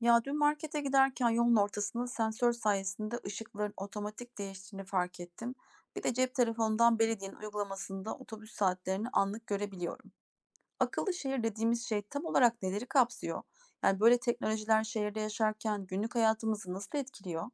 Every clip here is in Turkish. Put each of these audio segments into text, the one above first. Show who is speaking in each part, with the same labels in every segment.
Speaker 1: Ya dün markete giderken yolun ortasında sensör sayesinde ışıkların otomatik değiştiğini fark ettim. Bir de cep telefonundan belediyenin uygulamasında otobüs saatlerini anlık görebiliyorum. Akıllı şehir dediğimiz şey tam olarak neleri kapsıyor? Yani böyle teknolojiler şehirde yaşarken günlük hayatımızı nasıl etkiliyor?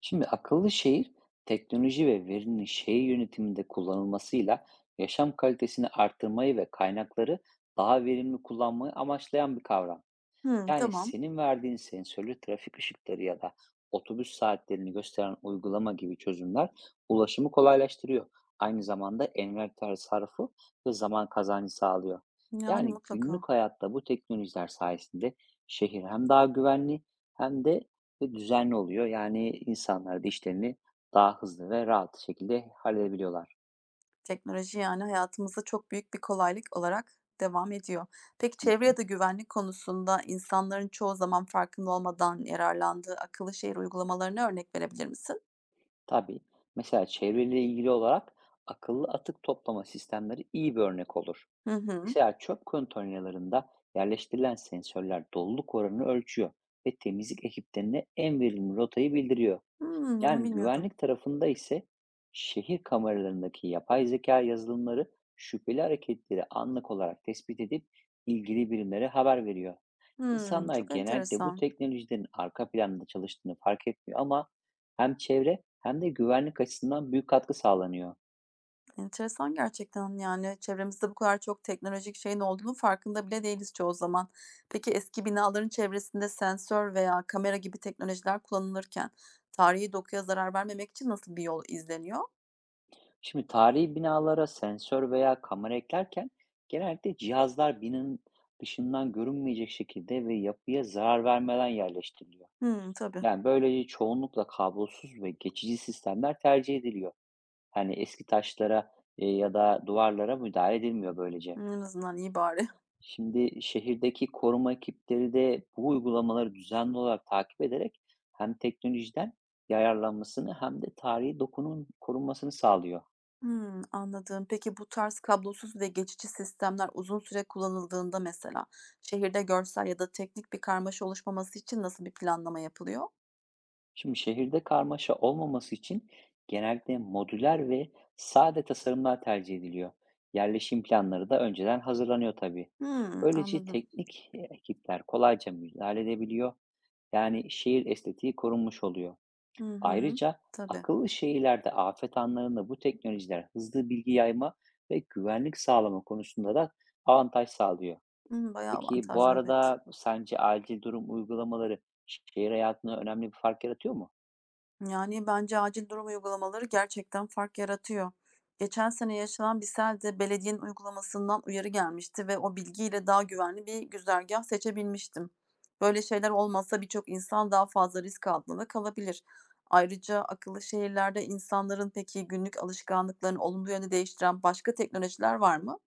Speaker 2: Şimdi akıllı şehir teknoloji ve verinin şehir yönetiminde kullanılmasıyla yaşam kalitesini artırmayı ve kaynakları daha verimli kullanmayı amaçlayan bir kavram.
Speaker 1: Hmm,
Speaker 2: Yani
Speaker 1: tamam.
Speaker 2: senin verdiğin sensörlü trafik ışıkları ya da otobüs saatlerini gösteren uygulama gibi çözümler ulaşımı kolaylaştırıyor. Aynı zamanda envanter tasarrufu ve zaman kazancı sağlıyor.
Speaker 1: Yani
Speaker 2: Yani
Speaker 1: mutlaka.
Speaker 2: günlük hayatta bu teknolojiler sayesinde şehir hem daha güvenli hem de düzenli oluyor. Yani insanlar da işlerini daha hızlı ve rahat şekilde halledebiliyorlar.
Speaker 1: Teknoloji, yani, hayatımızda çok büyük bir kolaylık olarak devam ediyor. Peki
Speaker 2: Hı
Speaker 1: çevre ya
Speaker 2: hı.
Speaker 1: da güvenlik konusunda insanların çoğu zaman farkında olmadan yararlandığı akıllı şehir uygulamalarına örnek verebilir misin?
Speaker 2: Tabii. Mesela çevreyle ilgili olarak akıllı atık toplama sistemleri iyi bir örnek olur.
Speaker 1: Hı hı.
Speaker 2: Mesela çöp konteynerlarında yerleştirilen sensörler doluluk oranını ölçüyor ve temizlik ekiplerine en verimli rotayı bildiriyor.
Speaker 1: Hımm, bunu
Speaker 2: Yani
Speaker 1: bilmiyordum.
Speaker 2: güvenlik tarafında ise şehir kameralarındaki yapay zeka yazılımları şüpheli hareketleri anlık olarak tespit edip ilgili birimlere haber veriyor.
Speaker 1: Hımm,
Speaker 2: İnsanlar
Speaker 1: çok
Speaker 2: genellikle bu
Speaker 1: enteresan.
Speaker 2: teknolojilerin arka planda çalıştığını fark etmiyor, ama hem çevre hem de güvenlik açısından büyük katkı sağlanıyor.
Speaker 1: Enteresan gerçekten, yani, çevremizde bu kadar çok teknolojik şeyin olduğunu farkında bile değiliz çoğu zaman. Peki eski binaların çevresinde sensör veya kamera gibi teknolojiler kullanılırken tarihi dokuya zarar vermemek için nasıl bir yol izleniyor?
Speaker 2: Şimdi tarihi binalara sensör veya kamera eklerken genellikle cihazlar binanın dışından görünmeyecek şekilde ve yapıya zarar vermeden yerleştiriliyor.
Speaker 1: Hımm, tabii.
Speaker 2: Yani böylece çoğunlukla kablosuz ve geçici sistemler tercih ediliyor. Yani eski taşlara ya da duvarlara müdahale edilmiyor böylece.
Speaker 1: En azından iyi bari.
Speaker 2: Şimdi şehirdeki koruma ekipleri de bu uygulamaları düzenli olarak takip ederek hem teknolojiden yararlanmasını hem de tarihi dokunun korunmasını sağlıyor.
Speaker 1: Hımm, anladım. Peki bu tarz kablosuz ve geçici sistemler uzun süre kullanıldığında mesela şehirde görsel ya da teknik bir karmaşa oluşmaması için nasıl bir planlama yapılıyor?
Speaker 2: Şimdi şehirde karmaşa olmaması için genellikle modüler ve sade tasarımlar tercih ediliyor. Yerleşim planları da önceden hazırlanıyor tabii.
Speaker 1: Hımm,
Speaker 2: Böylece
Speaker 1: anladım.
Speaker 2: teknik ekipler kolayca müdahale edebiliyor. Yani şehir estetiği korunmuş oluyor.
Speaker 1: Hı hı.
Speaker 2: Ayrıca
Speaker 1: Tabii.
Speaker 2: akıllı şehirlerde afet anlarında bu teknolojiler hızlı bilgi yayma ve güvenlik sağlama konusunda da avantaj sağlıyor.
Speaker 1: Hımm, bayağı
Speaker 2: Peki, bu
Speaker 1: avantajlı, evet.
Speaker 2: arada sence acil durum uygulamaları şehir hayatına önemli bir fark yaratıyor mu?
Speaker 1: Yani, bence acil durum uygulamaları gerçekten fark yaratıyor. Geçen sene yaşanan bir selde belediyenin uygulamasından uyarı gelmişti ve o bilgiyle daha güvenli bir güzergah seçebilmiştim. Böyle şeyler olmasa birçok insan daha fazla risk altında kalabilir. Ayrıca akıllı şehirlerde insanların peki günlük alışkanlıklarını olumlu yönde değiştiren başka teknolojiler var mı?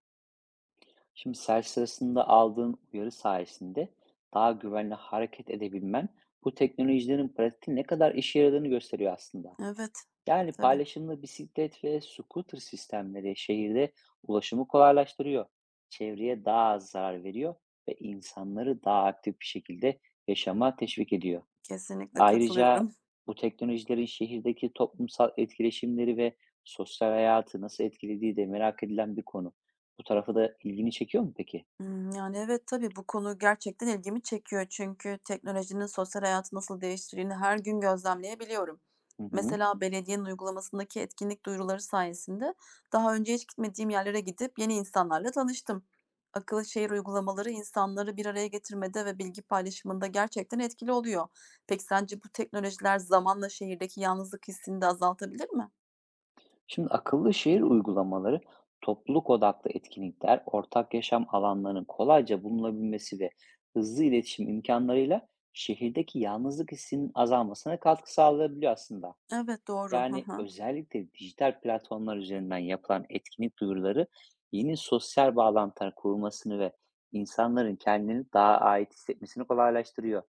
Speaker 2: Şimdi seyahat sırasında aldığın uyarı sayesinde daha güvenli hareket edebilmen bu teknolojilerin pratikte ne kadar işe yaradığını gösteriyor aslında.
Speaker 1: Evet,
Speaker 2: Yani
Speaker 1: tabii,
Speaker 2: paylaşımlı bisiklet ve scooter sistemleri şehirde ulaşımı kolaylaştırıyor, çevreye daha az zarar veriyor ve insanları daha aktif bir şekilde yaşama teşvik ediyor.
Speaker 1: kesinlikle
Speaker 2: Ayrıca
Speaker 1: katılıyorum.
Speaker 2: bu teknolojilerin şehirdeki toplumsal etkileşimleri ve sosyal hayatı nasıl etkilediği de merak edilen bir konu. Bu tarafı da ilgini çekiyor mu peki?
Speaker 1: Hımm, yani, evet, tabii bu konu gerçekten ilgimi çekiyor. Çünkü teknolojinin sosyal hayatı nasıl değiştirdiğini her gün gözlemleyebiliyorum.
Speaker 2: Hı hı.
Speaker 1: Mesela belediyenin uygulamasındaki etkinlik duyuruları sayesinde daha önce hiç gitmediğim yerlere gidip yeni insanlarla tanıştım. Akıllı şehir uygulamaları insanları bir araya getirmede ve bilgi paylaşımında gerçekten etkili oluyor. Peki sence bu teknolojiler zamanla şehirdeki yalnızlık hissini de azaltabilir mi?
Speaker 2: Şimdi akıllı şehir uygulamaları topluluk odaklı etkinlikler, ortak yaşam alanlarının kolayca bulunabilmesi ve hızlı iletişim imkanlarıyla şehirdeki yalnızlık hissinin azalmasına katkı sağlayabiliyor aslında.
Speaker 1: Evet, doğru. Hı
Speaker 2: Yani
Speaker 1: hı.
Speaker 2: özellikle dijital platformlar üzerinden yapılan etkinlik duyuruları yeni sosyal bağlantılar kurulmasını ve insanların kendini daha ait hissetmesini kolaylaştırıyor.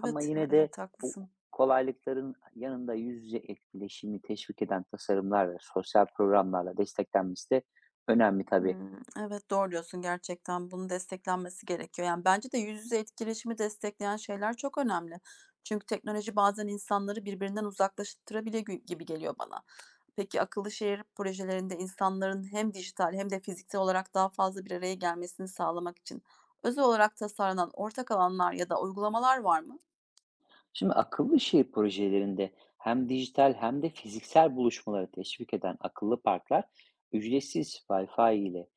Speaker 2: Ama
Speaker 1: ha
Speaker 2: yine de
Speaker 1: evet,
Speaker 2: bu
Speaker 1: haklısın.
Speaker 2: kolaylıkların yanında yüz yüze etkileşimi teşvik eden tasarımlar ve sosyal programlarla desteklenmesi de önemli tabii.
Speaker 1: Hımm. Evet, doğru diyorsun gerçekten. Bunun desteklenmesi gerekiyor. Yani, bence de yüz yüze etkileşimi destekleyen şeyler çok önemli. Çünkü teknoloji bazen insanları birbirinden uzaklaştırabiliyor gibi geliyor bana. Peki, akıllı şehir projelerinde insanların hem dijital hem de fiziksel olarak daha fazla bir araya gelmesini sağlamak için özel olarak tasarlanan ortak alanlar ya da uygulamalar var mı?
Speaker 2: Şimdi akıllı şehir projelerinde hem dijital hem de fiziksel buluşmaları teşvik eden akıllı parklar, ücretsiz Wi-Fi ile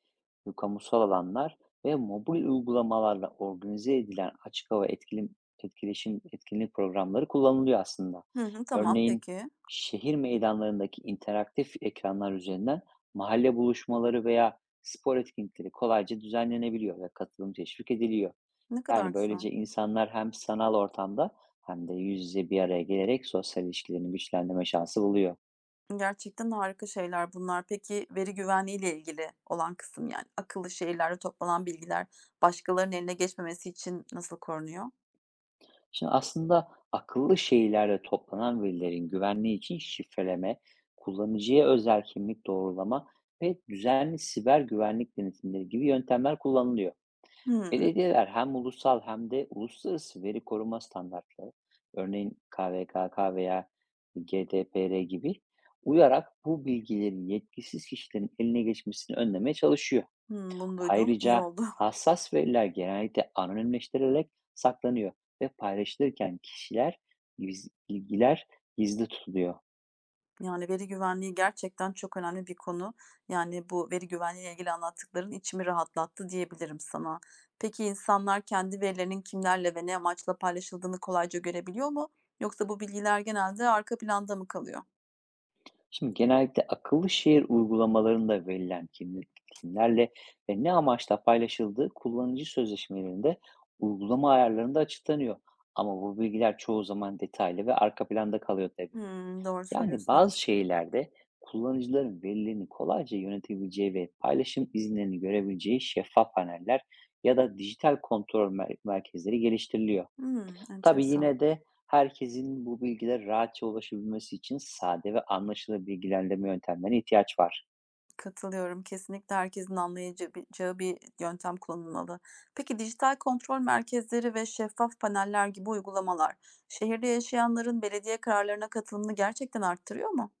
Speaker 2: kamusal alanlar ve mobil uygulamalarla organize edilen açık hava etkileşim etkinlik programları kullanılıyor aslında.
Speaker 1: Hı hı, tamam,
Speaker 2: Örneğin
Speaker 1: peki.
Speaker 2: şehir meydanlarındaki interaktif ekranlar üzerinden mahalle buluşmaları veya spor etkinlikleri kolayca düzenlenebiliyor ve katılım teşvik ediliyor.
Speaker 1: Ne kadar
Speaker 2: Yani,
Speaker 1: güzel.
Speaker 2: böylece insanlar hem sanal ortamda hem de yüz yüze bir araya gelerek sosyal ilişkilerini güçlendirme şansı buluyor.
Speaker 1: Gerçekten harika şeyler bunlar. Peki, veri güvenliği ile ilgili olan kısım, yani akıllı şehirlerde toplanan bilgiler başkalarının eline geçmemesi için nasıl korunuyor?
Speaker 2: Şimdi aslında akıllı şehirlerde toplanan verilerin güvenliği için şifreleme, kullanıcıya özel kimlik doğrulama ve düzenli siber güvenlik denetimleri gibi yöntemler kullanılıyor.
Speaker 1: Hımm.
Speaker 2: Belediyeler hem ulusal hem de uluslararası veri koruma standartları, örneğin KVKK veya GDPR gibi uyarak, bu bilgilerin yetkisiz kişilerin eline geçmesini önlemeye çalışıyor.
Speaker 1: Hımm, bunu duydum iyi
Speaker 2: Ayrıca
Speaker 1: oldu.
Speaker 2: hassas veriler genellikle anonimleştirilerek saklanıyor ve paylaşılırken bilgiler gizli tutuluyor.
Speaker 1: Yani, veri güvenliği gerçekten çok önemli bir konu. Yani, bu veri güvenliği ile ilgili anlattıkların içimi rahatlattı diyebilirim sana. Peki, insanlar kendi verilerinin kimlerle ve ne amaçla paylaşıldığını kolayca görebiliyor mu? Yoksa bu bilgiler genelde arka planda mı kalıyor?
Speaker 2: Şimdi genellikle akıllı şehir uygulamalarında verilen kimlik, kimlerle ve ne amaçla paylaşıldığı kullanıcı sözleşmelerinde, uygulama ayarlarında açıklanıyor. Ama bu bilgiler çoğu zaman detaylı ve arka planda kalıyor tabii.
Speaker 1: Hımm, doğru
Speaker 2: Yani
Speaker 1: söylüyorsun, evet.
Speaker 2: bazı şeylerde kullanıcıların verilerini kolayca yönetebileceği ve paylaşım izinlerini görebileceği şeffaf paneller ya da dijital kontrol merkezleri geliştiriliyor.
Speaker 1: Hımm,
Speaker 2: Tabii
Speaker 1: enteresan.
Speaker 2: yine de herkesin bu bilgilere rahatça ulaşabilmesi için sade ve anlaşılır bilgilendirme yöntemlerine ihtiyaç var.
Speaker 1: Katılıyorum. Kesinlikle herkesin anlayacağı bir yöntem kullanılmalı. Peki dijital kontrol merkezleri ve şeffaf paneller gibi uygulamalar şehirde yaşayanların belediye kararlarına katılımını gerçekten arttırıyor mu?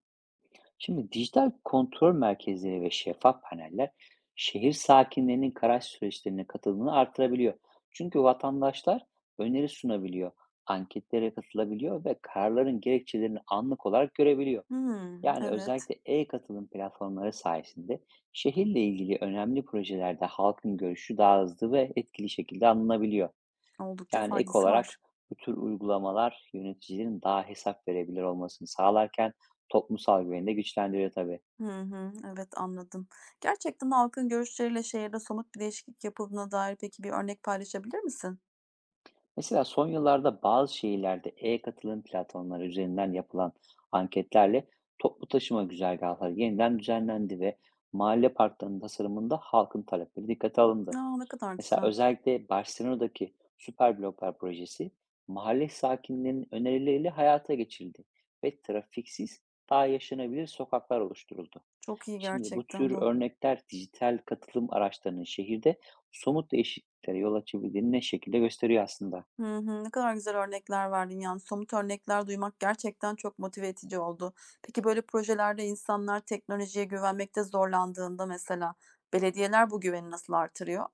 Speaker 2: Şimdi dijital kontrol merkezleri ve şeffaf paneller şehir sakinlerinin karar süreçlerine katılımını artırabiliyor. Çünkü vatandaşlar öneri sunabiliyor, anketlere katılabiliyor ve kararların gerekçelerini anlık olarak görebiliyor.
Speaker 1: Hımm,
Speaker 2: Yani
Speaker 1: evet.
Speaker 2: özellikle e-katılım platformları sayesinde şehirle ilgili önemli projelerde halkın görüşü daha hızlı ve etkili şekilde alınabiliyor.
Speaker 1: Oldukça
Speaker 2: Yani ek
Speaker 1: faydası var.
Speaker 2: olarak bu tür uygulamalar yöneticilerin daha hesap verebilir olmasını sağlarken toplumsal güveni de güçlendiriyor tabii.
Speaker 1: Hı hı, evet anladım. Gerçekten halkın görüşleriyle şehirde somut bir değişiklik yapıldığına dair peki bir örnek paylaşabilir misin?
Speaker 2: Mesela son yıllarda bazı şehirlerde e-katılım platformları üzerinden yapılan anketlerle toplu taşıma güzergahları yeniden düzenlendi ve mahalle parklarının tasarımında halkın talepleri dikkate alındı.
Speaker 1: A, ne kadar
Speaker 2: Mesela
Speaker 1: güzel.
Speaker 2: özellikle Barcelona'daki süper bloklar projesi mahalle sakinlerinin önerileriyle hayata geçirildi ve trafiksiz, daha yaşanabilir sokaklar oluşturuldu.
Speaker 1: Çok iyi
Speaker 2: Şimdi bu
Speaker 1: gerçekten
Speaker 2: tür
Speaker 1: bu.
Speaker 2: örnekler dijital katılım araçlarının şehirde somut değişikliklere yol açabildiğini ne şekilde gösteriyor aslında.
Speaker 1: Hı hı. Ne kadar güzel örnekler verdin, yani, somut örnekler duymak gerçekten çok motive edici oldu. Peki, böyle projelerde insanlar teknolojiye güvenmekte zorlandığında mesela belediyeler bu güveni nasıl artırıyor?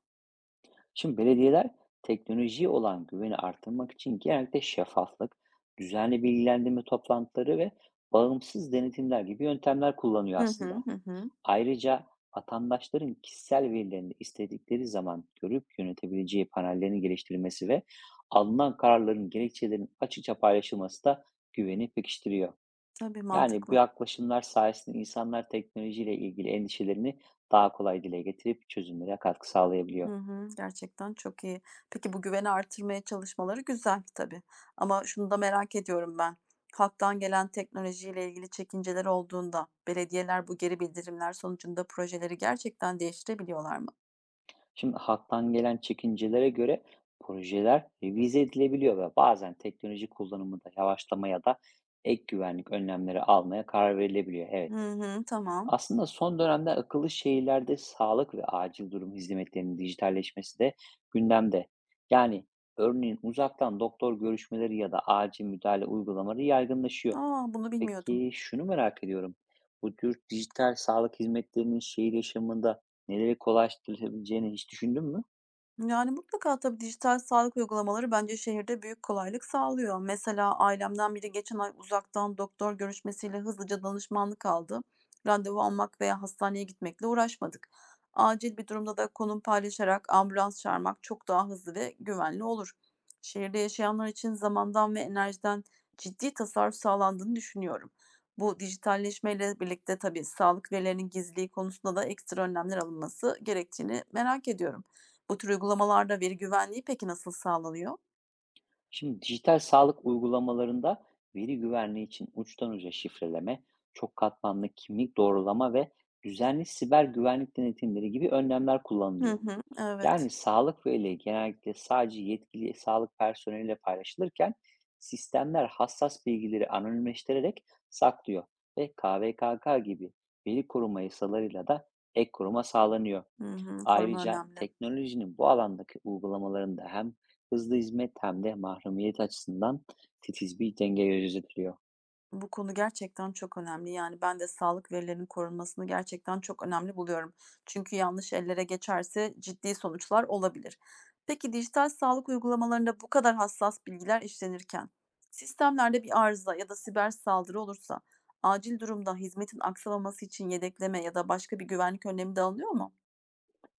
Speaker 2: Şimdi belediyeler teknolojiye olan güveni artırmak için genellikle şeffaflık, düzenli bilgilendirme toplantıları ve bağımsız denetimler gibi yöntemler kullanıyor
Speaker 1: Hı
Speaker 2: aslında.
Speaker 1: hı. Hı hı.
Speaker 2: Ayrıca vatandaşların kişisel verilerini istedikleri zaman görüp yönetebileceği panellerin geliştirilmesi ve alınan kararların gerekçelerinin açıkça paylaşılması da güveni pekiştiriyor.
Speaker 1: Tabii,
Speaker 2: Yani bu
Speaker 1: mantıklı.
Speaker 2: yaklaşımlar sayesinde insanlar teknolojiyle ilgili endişelerini daha kolay dile getirip çözümlere katkı sağlayabiliyor.
Speaker 1: Hı hı. Gerçekten çok iyi. Peki, bu güveni artırmaya çalışmaları güzel tabii ama şunu da merak ediyorum ben. Halktan gelen teknolojiyle ilgili çekinceler olduğunda belediyeler bu geri bildirimler sonucunda projeleri gerçekten değiştirebiliyorlar mı?
Speaker 2: Şimdi halktan gelen çekincelere göre projeler revize edilebiliyor ve bazen teknoloji kullanımında yavaşlama ya da ek güvenlik önlemleri almaya karar verilebiliyor. Evet.
Speaker 1: Hı hı. Tamam.
Speaker 2: Aslında son dönemde akıllı şehirlerde sağlık ve acil durum hizmetlerinin dijitalleşmesi de gündemde. Yani örneğin uzaktan doktor görüşmeleri ya da acil müdahale uygulamaları yaygınlaşıyor.
Speaker 1: Aa, bunu bilmiyordum.
Speaker 2: Peki şunu merak ediyorum. Bu tür dijital sağlık hizmetlerinin şehir yaşamında neleri kolaylaştırabileceğini hiç düşündün mü?
Speaker 1: Yani, mutlaka tabii dijital sağlık uygulamaları bence şehirde büyük kolaylık sağlıyor. Mesela ailemden biri geçen ay uzaktan doktor görüşmesiyle hızlıca danışmanlık aldı. Randevu almak veya hastaneye gitmekle uğraşmadık. Acil bir durumda da konum paylaşarak ambulans çağırmak çok daha hızlı ve güvenli olur. Şehirde yaşayanlar için zamandan ve enerjiden ciddi tasarruf sağlandığını düşünüyorum. Bu dijitalleşmeyle birlikte tabii sağlık verilerinin gizliliği konusunda da ekstra önlemler alınması gerektiğini merak ediyorum. Bu tür uygulamalarda veri güvenliği peki nasıl sağlanıyor?
Speaker 2: Şimdi dijital sağlık uygulamalarında veri güvenliği için uçtan uca şifreleme, çok katmanlı kimlik doğrulama ve düzenli siber güvenlik denetimleri gibi önlemler
Speaker 1: Hı
Speaker 2: kullanılıyor.
Speaker 1: hı, evet.
Speaker 2: Yani sağlık verileri genellikle sadece yetkili sağlık personeliyle paylaşılırken sistemler hassas bilgileri anonimleştirerek saklıyor ve KVKK gibi veri koruma yasalarıyla da ek koruma sağlanıyor.
Speaker 1: Hı hı, koruma
Speaker 2: Ayrıca
Speaker 1: önemli.
Speaker 2: teknolojinin bu alandaki uygulamalarında hem hızlı hizmet hem de mahremiyet açısından titiz bir denge gözetiliyor.
Speaker 1: Bu konu gerçekten çok önemli. Yani ben de sağlık verilerinin korunmasını gerçekten çok önemli buluyorum. Çünkü yanlış ellere geçerse ciddi sonuçlar olabilir. Peki dijital sağlık uygulamalarında bu kadar hassas bilgiler işlenirken sistemlerde bir arıza ya da siber saldırı olursa acil durumda hizmetin aksamaması için yedekleme ya da başka bir güvenlik önlemi de alınıyor mu?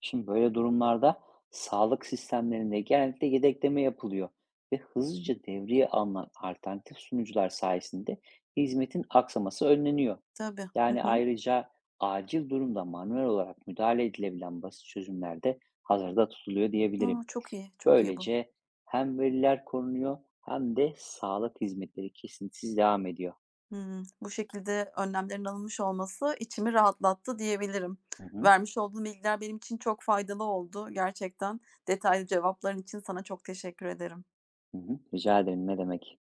Speaker 2: Şimdi böyle durumlarda sağlık sistemlerinde genellikle yedekleme yapılıyor ve hızlıca devreye alınan alternatif sunucular sayesinde hizmetin aksaması önleniyor.
Speaker 1: Tabii. Hı
Speaker 2: Yani
Speaker 1: hı.
Speaker 2: ayrıca acil durumda manuel olarak müdahale edilebilen basit çözümler de hazırda tutuluyor
Speaker 1: Aa,
Speaker 2: diyebilirim.
Speaker 1: çok iyi, çok iyi bu.
Speaker 2: Böylece hem veriler korunuyor hem de sağlık hizmetleri kesintisiz devam ediyor.
Speaker 1: Hımm. Bu şekilde önlemlerin alınmış olması içimi rahatlattı diyebilirim.
Speaker 2: Hı hı,
Speaker 1: Vermiş olduğun bilgiler benim için çok faydalı oldu gerçekten. Detaylı cevapların için sana çok teşekkür ederim.
Speaker 2: hı hı. Rica ederim, ne demek.